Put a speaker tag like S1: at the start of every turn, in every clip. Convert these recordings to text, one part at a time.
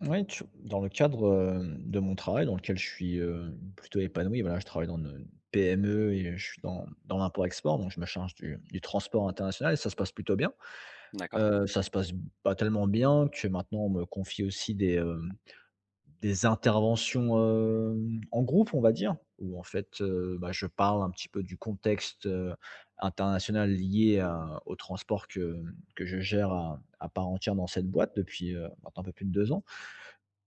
S1: Ouais, tu dans le cadre, de mon travail dans lequel je suis, plutôt épanoui, voilà, je travaille dans une PME et je suis dans l'import-export, donc je me charge du transport international et ça se passe plutôt bien.
S2: D'accord,
S1: Ça se passe pas tellement bien que maintenant on me confie aussi des interventions, en groupe, on va dire, où en fait, bah, je parle un petit peu du contexte, international lié à au transport que je gère à part entière dans cette boîte depuis, maintenant un peu plus de 2 ans.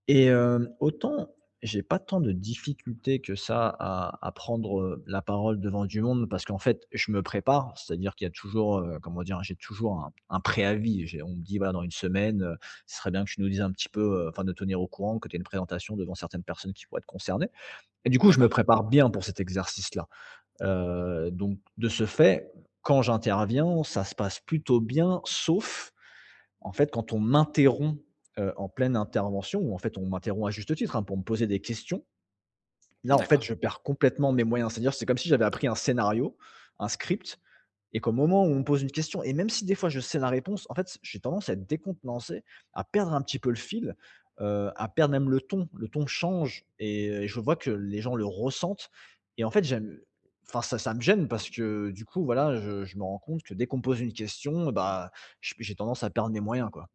S1: Et autant j'ai pas tant de difficultés que ça à prendre, la parole devant du monde parce qu'en fait, je me prépare, c'est-à-dire qu'il y a toujours, comment dire? J'ai toujours un préavis. J'ai On me dit: «Voilà, dans une semaine, ce serait bien que tu nous dises un petit peu, enfin de tenir au courant, que tu aies une présentation devant certaines personnes qui pourraient être concernées» et du coup, je me
S2: d'accord,
S1: prépare bien pour cet exercice-là. Donc de ce fait, quand j'interviens, ça se passe plutôt bien, sauf en fait, quand on m'interrompt, en pleine intervention ou en fait, on m'interrompt à juste titre, hein, pour me poser des questions, là, en fait,
S2: d'accord.
S1: je perds complètement mes moyens. C'est-à-dire, c'est comme si j'avais appris un scénario, un script et qu'au moment où on me pose une question et même si des fois je sais la réponse, en fait, j'ai tendance à être décontenancé, à perdre un petit peu le fil, à perdre même le ton. Le ton change et je vois que les gens le ressentent et en fait, j'aime enfin, ça me gêne parce que du coup, voilà, je me rends compte que dès qu'on me pose une question, bah, je j'ai tendance à perdre mes moyens, quoi.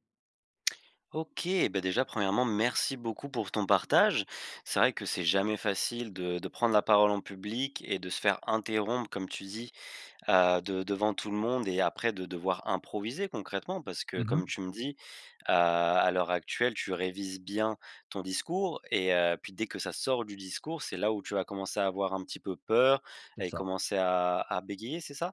S2: OK, déjà, premièrement, merci beaucoup pour ton partage. C'est vrai que c'est jamais facile de prendre la parole en public et de se faire interrompre, comme tu dis, de devant tout le monde et après de devoir improviser concrètement parce que comme
S1: Mmh.
S2: tu me dis, à l'heure actuelle, tu révises bien ton discours et puis dès que ça sort du discours, c'est là où tu vas commencer à avoir un petit peu peur
S1: C'est
S2: et
S1: ça.
S2: commencer à bégayer, c'est ça?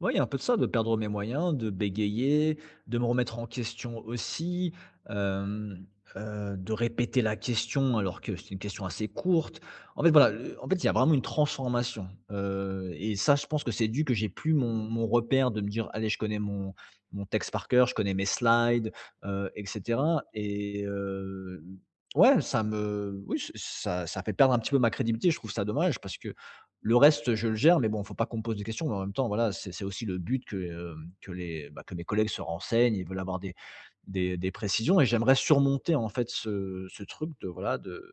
S1: Ouais, il y a un peu de ça, de perdre mes moyens, de bégayer, de me remettre en question aussi, hem, de répéter la question alors que c'est une question assez courte. En fait, voilà, en fait, il y a vraiment une transformation, et ça, je pense que c'est dû que j'ai plus mon repère de me dire: «Allez, je connais mon texte par cœur, je connais mes slides, et cetera» et ouais, ça me oui, ça fait perdre un petit peu ma crédibilité. Je trouve ça dommage parce que, le reste, je le gère, mais bon, faut pas qu'on me pose des questions, mais en même temps, voilà, c'est aussi le but que les bah, que mes collègues se renseignent, ils veulent avoir des précisions et j'aimerais surmonter, en fait, ce truc de, voilà, de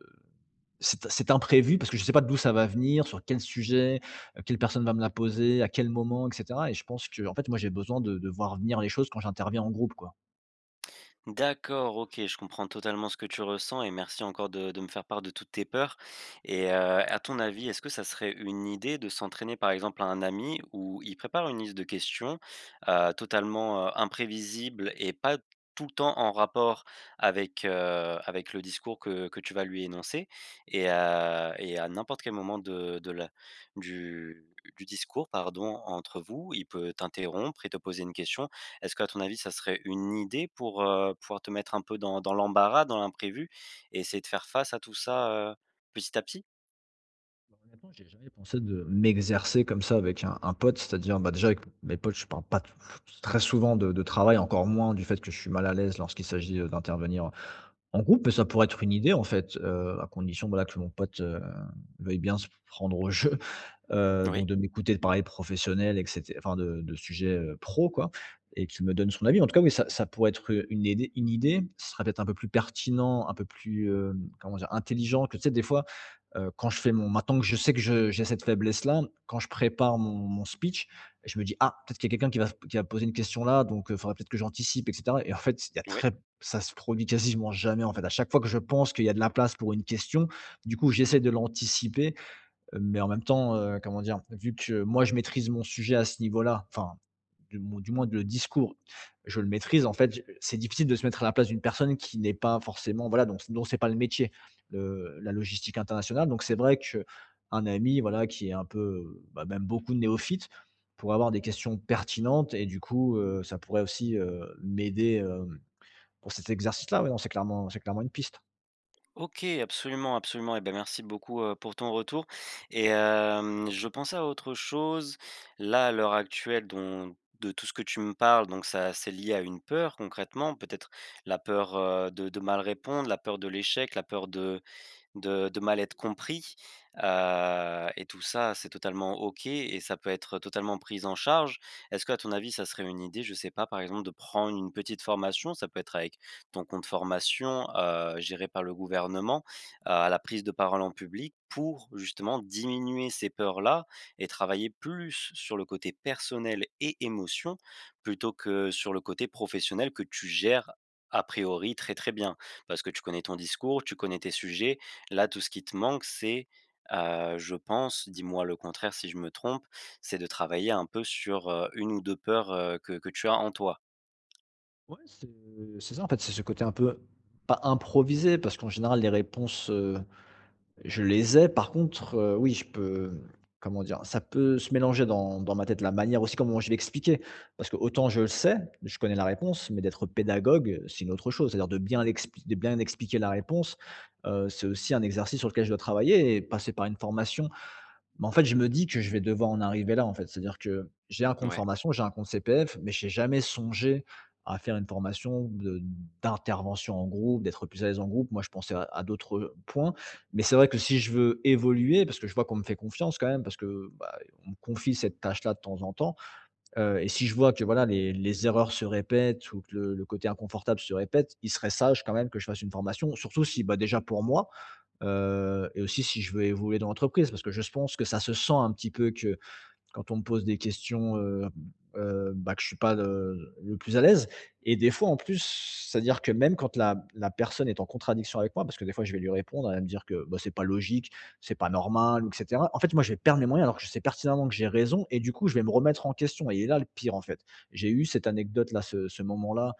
S1: c'est cet imprévu parce que je sais pas d'où ça va venir, sur quel sujet, quelle personne va me la poser, à quel moment et cetera et je pense que en fait, moi, j'ai besoin de voir venir les choses quand j'interviens en groupe, quoi.
S2: D'accord, OK, je comprends totalement ce que tu ressens et merci encore de me faire part de toutes tes peurs et à ton avis, est-ce que ça serait une idée de s'entraîner, par exemple, à un ami où il prépare une liste de questions, totalement, imprévisibles et pas tout le temps en rapport avec, avec le discours que tu vas lui énoncer et à n'importe quel moment de la du du discours, pardon, entre vous, il peut t'interrompre et te poser une question. Est-ce qu'à ton avis, ça serait une idée pour, pouvoir te mettre un peu dans l'embarras, dans l'imprévu et essayer de faire face à tout ça, petit à petit?
S1: Bah, honnêtement, j'y jamais pensé de m'exercer comme ça avec un pote, c'est-à-dire, bah, déjà avec mes potes, je parle pas t très souvent de travail, encore moins du fait que je suis mal à l'aise lorsqu'il s'agit, d'intervenir en groupe, mais ça pourrait être une idée en fait, à condition, voilà, que mon pote, veuille bien se prendre au jeu
S2: Oui,
S1: donc de m'écouter de parler professionnels et cét enfin de sujets, pro quoi et qu'il me donne son avis. En tout cas, oui, ça pourrait être, une idée une idée. Ce serait peut-être un peu plus pertinent, un peu plus, comment dire? Intelligent que tu sais des fois, quand je fais mon maintenant que je sais que je j'ai cette faiblesse-là, quand je prépare mon speech, je me dis: «Ah, peut-être qu'il y a quelqu'un qui va poser une question là, donc il faudrait peut-être que j'anticipe» et cetera et en fait, il y a
S2: oui.
S1: très ça se produit quasiment jamais en fait. À chaque fois que je pense qu'il y a de la place pour une question, du coup, j'essaie de l'anticiper. Mais en même temps, comment dire? Vu que moi je maîtrise mon sujet à ce niveau-là, enfin, du moins le discours, je le maîtrise en fait, je c'est difficile de se mettre à la place d'une personne qui n'est pas forcément voilà, donc dont c'est pas le métier, le la logistique internationale. Donc c'est vrai qu'un ami voilà qui est un peu, bah, même beaucoup de néophytes, pourrait avoir des questions pertinentes et du coup, ça pourrait aussi, m'aider, pour cet exercice-là. Ouais, non, c'est clairement une piste.
S2: OK, absolument, absolument et ben merci beaucoup, pour ton retour et je pensais à autre chose. Là, à l'heure actuelle, dont de tout ce que tu me parles, donc ça c'est lié à une peur concrètement, peut-être la peur, de mal répondre, la peur de l'échec, la peur de mal être compris, et tout ça, c'est totalement OK et ça peut être totalement pris en charge. Est-ce que à ton avis, ça serait une idée, je sais pas, par exemple, de prendre une petite formation? Ça peut être avec ton compte formation, géré par le gouvernement, à la prise de parole en public pour justement diminuer ces peurs-là et travailler plus sur le côté personnel et émotion plutôt que sur le côté professionnel que tu gères a priori très, très bien. Parce que tu connais ton discours, tu connais tes sujets. Là, tout ce qui te manque, c'est, je pense, dis-moi le contraire si je me trompe, c'est de travailler un peu sur, 1 ou 2 peurs, que tu as en toi.
S1: Ouais, c'est ça, en fait, c'est ce côté un peu pas improvisé parce qu'en général les réponses, je les ai. Par contre, oui, je peux, comment dire? Ça peut se mélanger dans ma tête, la manière aussi comment je vais expliquer. Parce que autant je le sais, je connais la réponse, mais d'être pédagogue, c'est une autre chose. C'est-à-dire de bien expliquer la réponse, c'est aussi un exercice sur lequel je dois travailler et passer par une formation. Mais en fait, je me dis que je vais devoir en arriver là, en fait. C'est-à-dire que j'ai un compte
S2: Ouais.
S1: formation, j'ai un compte CPF, mais j'ai jamais songé à faire une formation de d'intervention en groupe, d'être plus à l'aise en groupe. Moi, je pensais à d'autres points. Mais c'est vrai que si je veux évoluer, parce que je vois qu'on me fait confiance quand même, parce que, bah, on me confie cette tâche-là de temps en temps, et si je vois que, voilà, les erreurs se répètent ou que le côté inconfortable se répète, il serait sage quand même que je fasse une formation. Surtout si, bah, déjà pour moi, et aussi si je veux évoluer dans l'entreprise parce que je pense que ça se sent un petit peu que quand on me pose des questions, bah, que je suis pas le plus à l'aise et des fois en plus, c'est-à-dire que même quand la personne est en contradiction avec moi parce que des fois je vais lui répondre, elle va me dire que, bah, c'est pas logique, c'est pas normal ou et cetera. En fait, moi je vais perdre mes moyens alors que je sais pertinemment que j'ai raison et du coup je vais me remettre en question et là le pire en fait. J'ai eu cette anecdote là, ce moment là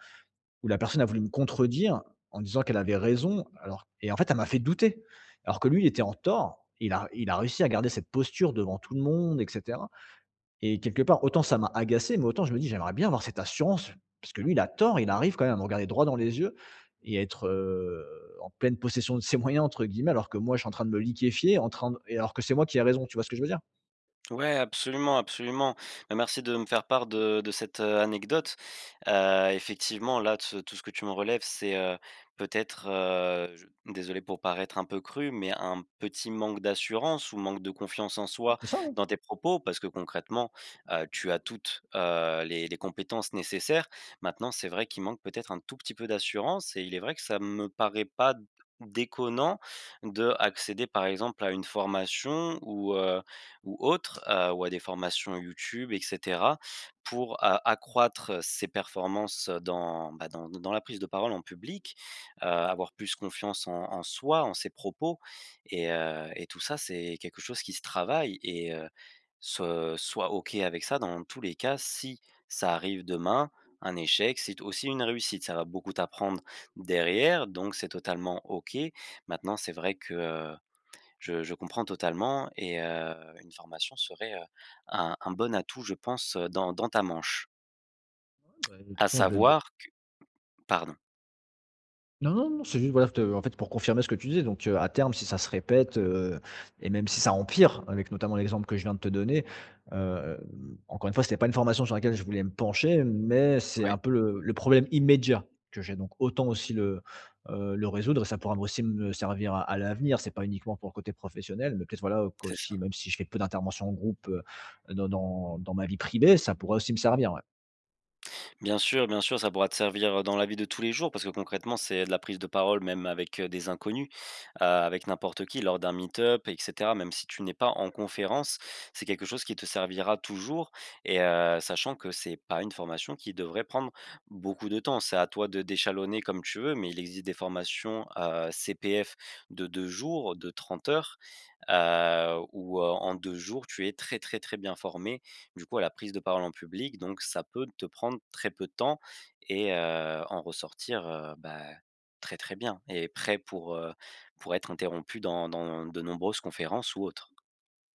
S1: où la personne a voulu me contredire en disant qu'elle avait raison, alors et en fait, elle m'a fait douter. Alors que lui, il était en tort. Il a réussi à garder cette posture devant tout le monde etc. Et quelque part, autant ça m'a agacé, mais autant je me dis: «J'aimerais bien avoir cette assurance», parce que lui, il a tort, il arrive quand même à me regarder droit dans les yeux et à être, en pleine possession de «ses moyens» entre guillemets, alors que moi, je suis en train de me liquéfier, en train de et alors que c'est moi qui ai raison, tu vois ce que je veux dire?
S2: Ouais, absolument, absolument. Bah, merci de me faire part de cette, anecdote. Effectivement, là, t tout ce que tu me relèves, c'est, peut-être, je désolé pour paraître un peu cru, mais un petit manque d'assurance ou manque de confiance en
S1: Ouais,
S2: soi
S1: c'est ça, hein.
S2: dans tes propos. Parce que concrètement, tu as toutes, les compétences nécessaires. Maintenant, c'est vrai qu'il manque peut-être un tout petit peu d'assurance et il est vrai que ça me paraît pas déconnant de accéder, par exemple, à une formation ou autres, ou à des formations YouTube et cetera pour, accroître ses performances, dans, bah, dans la prise de parole en public, avoir plus confiance en soi, en ses propos et tout ça, c'est quelque chose qui se travaille et se sois OK avec ça dans tous les cas, si ça arrive demain, un échec, c'est aussi une réussite. Ça va beaucoup t'apprendre derrière, donc c'est totalement OK. Maintenant, c'est vrai que, je comprends totalement et une formation serait, un bon atout, je pense, dans ta manche.
S1: Ouais, bah, de toute
S2: À
S1: façon, je vais
S2: savoir que pardon.
S1: non, non, non, c'est juste, voilà, te en fait, pour confirmer ce que tu disais, donc à terme, si ça se répète, et même si ça empire, avec notamment l'exemple que je viens de te donner, hem, encore une fois, c'était pas une formation sur laquelle je voulais me pencher, mais c'est un
S2: Oui,
S1: peu le problème immédiat que j'ai, donc autant aussi le résoudre et ça pourra aussi me servir à l'avenir. C'est pas uniquement pour le côté professionnel, mais peut-être, voilà,
S2: c'est ça.
S1: qu'aussi, même si je fais peu d'interventions en groupe, dans ma vie privée, ça pourrait aussi me servir, ouais.
S2: Bien sûr, ça pourra te servir dans la vie de tous les jours parce que concrètement, c'est de la prise de parole même avec, des inconnus, avec n'importe qui lors d'un meet-up et cetera. Même si tu n'es pas en conférence, c'est quelque chose qui te servira toujours et sachant que c'est pas une formation qui devrait prendre beaucoup de temps. C'est à toi de d'échelonner comme tu veux, mais il existe des formations, CPF de 2 jours, de 30 heures, où, en 2 jours, tu es très, très, très bien formé, du coup, à la prise de parole en public, donc ça peut te prendre très peu de temps et en ressortir, bah, très, très bien et prêt pour être interrompu dans de nombreuses conférences ou autres.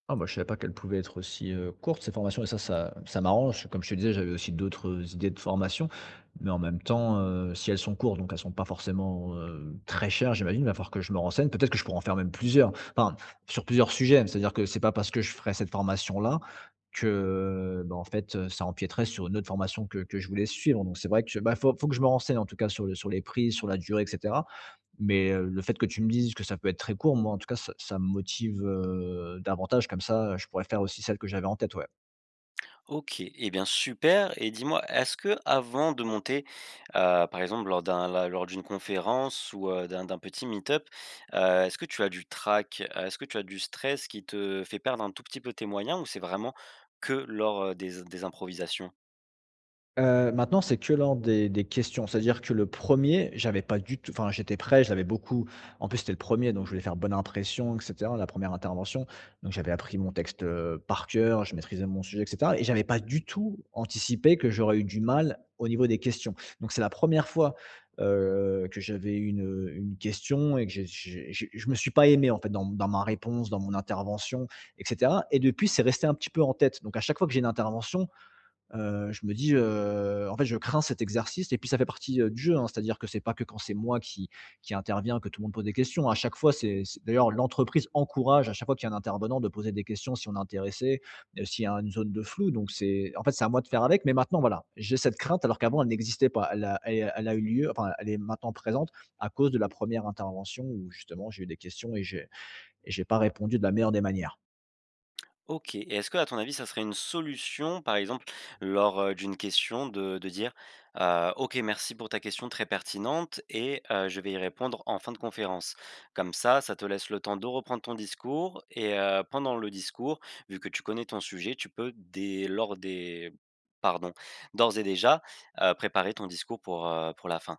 S1: Ah moi je savais pas qu'elles pouvaient être aussi, courtes ces formations et ça m'arrange. Comme je te disais, j'avais aussi d'autres idées de formations, mais en même temps, si elles sont courtes, donc elles sont pas forcément, très chères j'imagine, il va falloir que je me renseigne. Peut-être que je pourrais en faire même plusieurs, enfin sur plusieurs sujets. C'est-à-dire que c'est pas parce que je ferais cette formation-là que, bah, en fait, ça empiéterait sur une autre formation que je voulais suivre. Donc c'est vrai que, bah, faut que je me renseigne en tout cas sur les prix, sur la durée etc mais, le fait que tu me dises que ça peut être très court, moi, en tout cas, ça me motive, davantage comme ça, je pourrais faire aussi celle que j'avais en tête, ouais.
S2: OK et bien super. Et dis-moi, est-ce que avant de monter, par exemple lors d'un la lors d'une conférence ou, d'un petit meet-up, est-ce que tu as du trac? Est-ce que tu as du stress qui te fait perdre un tout petit peu tes moyens ou c'est vraiment que lors, des improvisations?
S1: Maintenant, c'est que lors des questions. C'est-à-dire que le premier, j'avais pas du tout enfin, j'étais prêt, je l'avais beaucoup en plus, c'était le premier, donc je voulais faire bonne impression et cetera, la première intervention. Donc j'avais appris mon texte, par cœur, je maîtrisais mon sujet et cetera et j'avais pas du tout anticipé que j'aurais eu du mal au niveau des questions. Donc c'est la première fois, que j'avais eu une question et que j'ai je me suis pas aimé, en fait, dans ma réponse, dans mon intervention et cetera et depuis, c'est resté un petit peu en tête. Donc à chaque fois que j'ai une intervention, je me dis, en fait, je crains cet exercice et puis ça fait partie, du jeu, hein. C'est-à-dire que c'est pas que quand c'est moi qui intervient que tout le monde pose des questions. À chaque fois, c'est d'ailleurs l'entreprise encourage à chaque fois qu'il y a un intervenant de poser des questions si on est intéressé, s'il y a une zone de flou donc c'est en fait, c'est à moi de faire avec mais maintenant, voilà, j'ai cette crainte alors qu'avant elle n'existait pas. Elle a eu lieu enfin, elle est maintenant présente à cause de la première intervention où justement j'ai eu des questions et j'ai pas répondu de la meilleure des manières.
S2: OK et est-ce que, à ton avis, ça serait une solution, par exemple, lors, d'une question de dire, heu : « OK, merci pour ta question très pertinente et je vais y répondre en fin de conférence ». Comme ça te laisse le temps de reprendre ton discours et pendant le discours, vu que tu connais ton sujet, tu peux dès lors des pardon, d'ores et déjà, préparer ton discours pour la fin.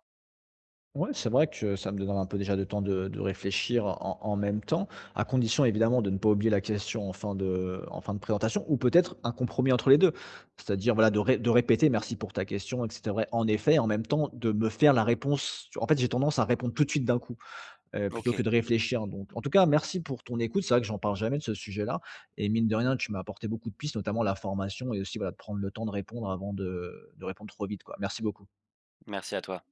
S1: Ouais, c'est vrai que ça me donnera un peu déjà de temps de réfléchir en même temps, à condition évidemment de ne pas oublier la question en fin de présentation ou peut-être un compromis entre les 2, c'est-à-dire, voilà, de répéter: «Merci pour ta question» et que en effet et en même temps de me faire la réponse en fait, j'ai tendance à répondre tout de suite d'un coup, plutôt que
S2: OK,
S1: de réfléchir donc en tout cas, merci pour ton écoute. C'est vrai que j'en parle jamais de ce sujet-là et mine de rien, tu m'as apporté beaucoup de pistes, notamment la formation et aussi, voilà, de prendre le temps de répondre avant de répondre trop vite, quoi. Merci beaucoup.
S2: merci à toi.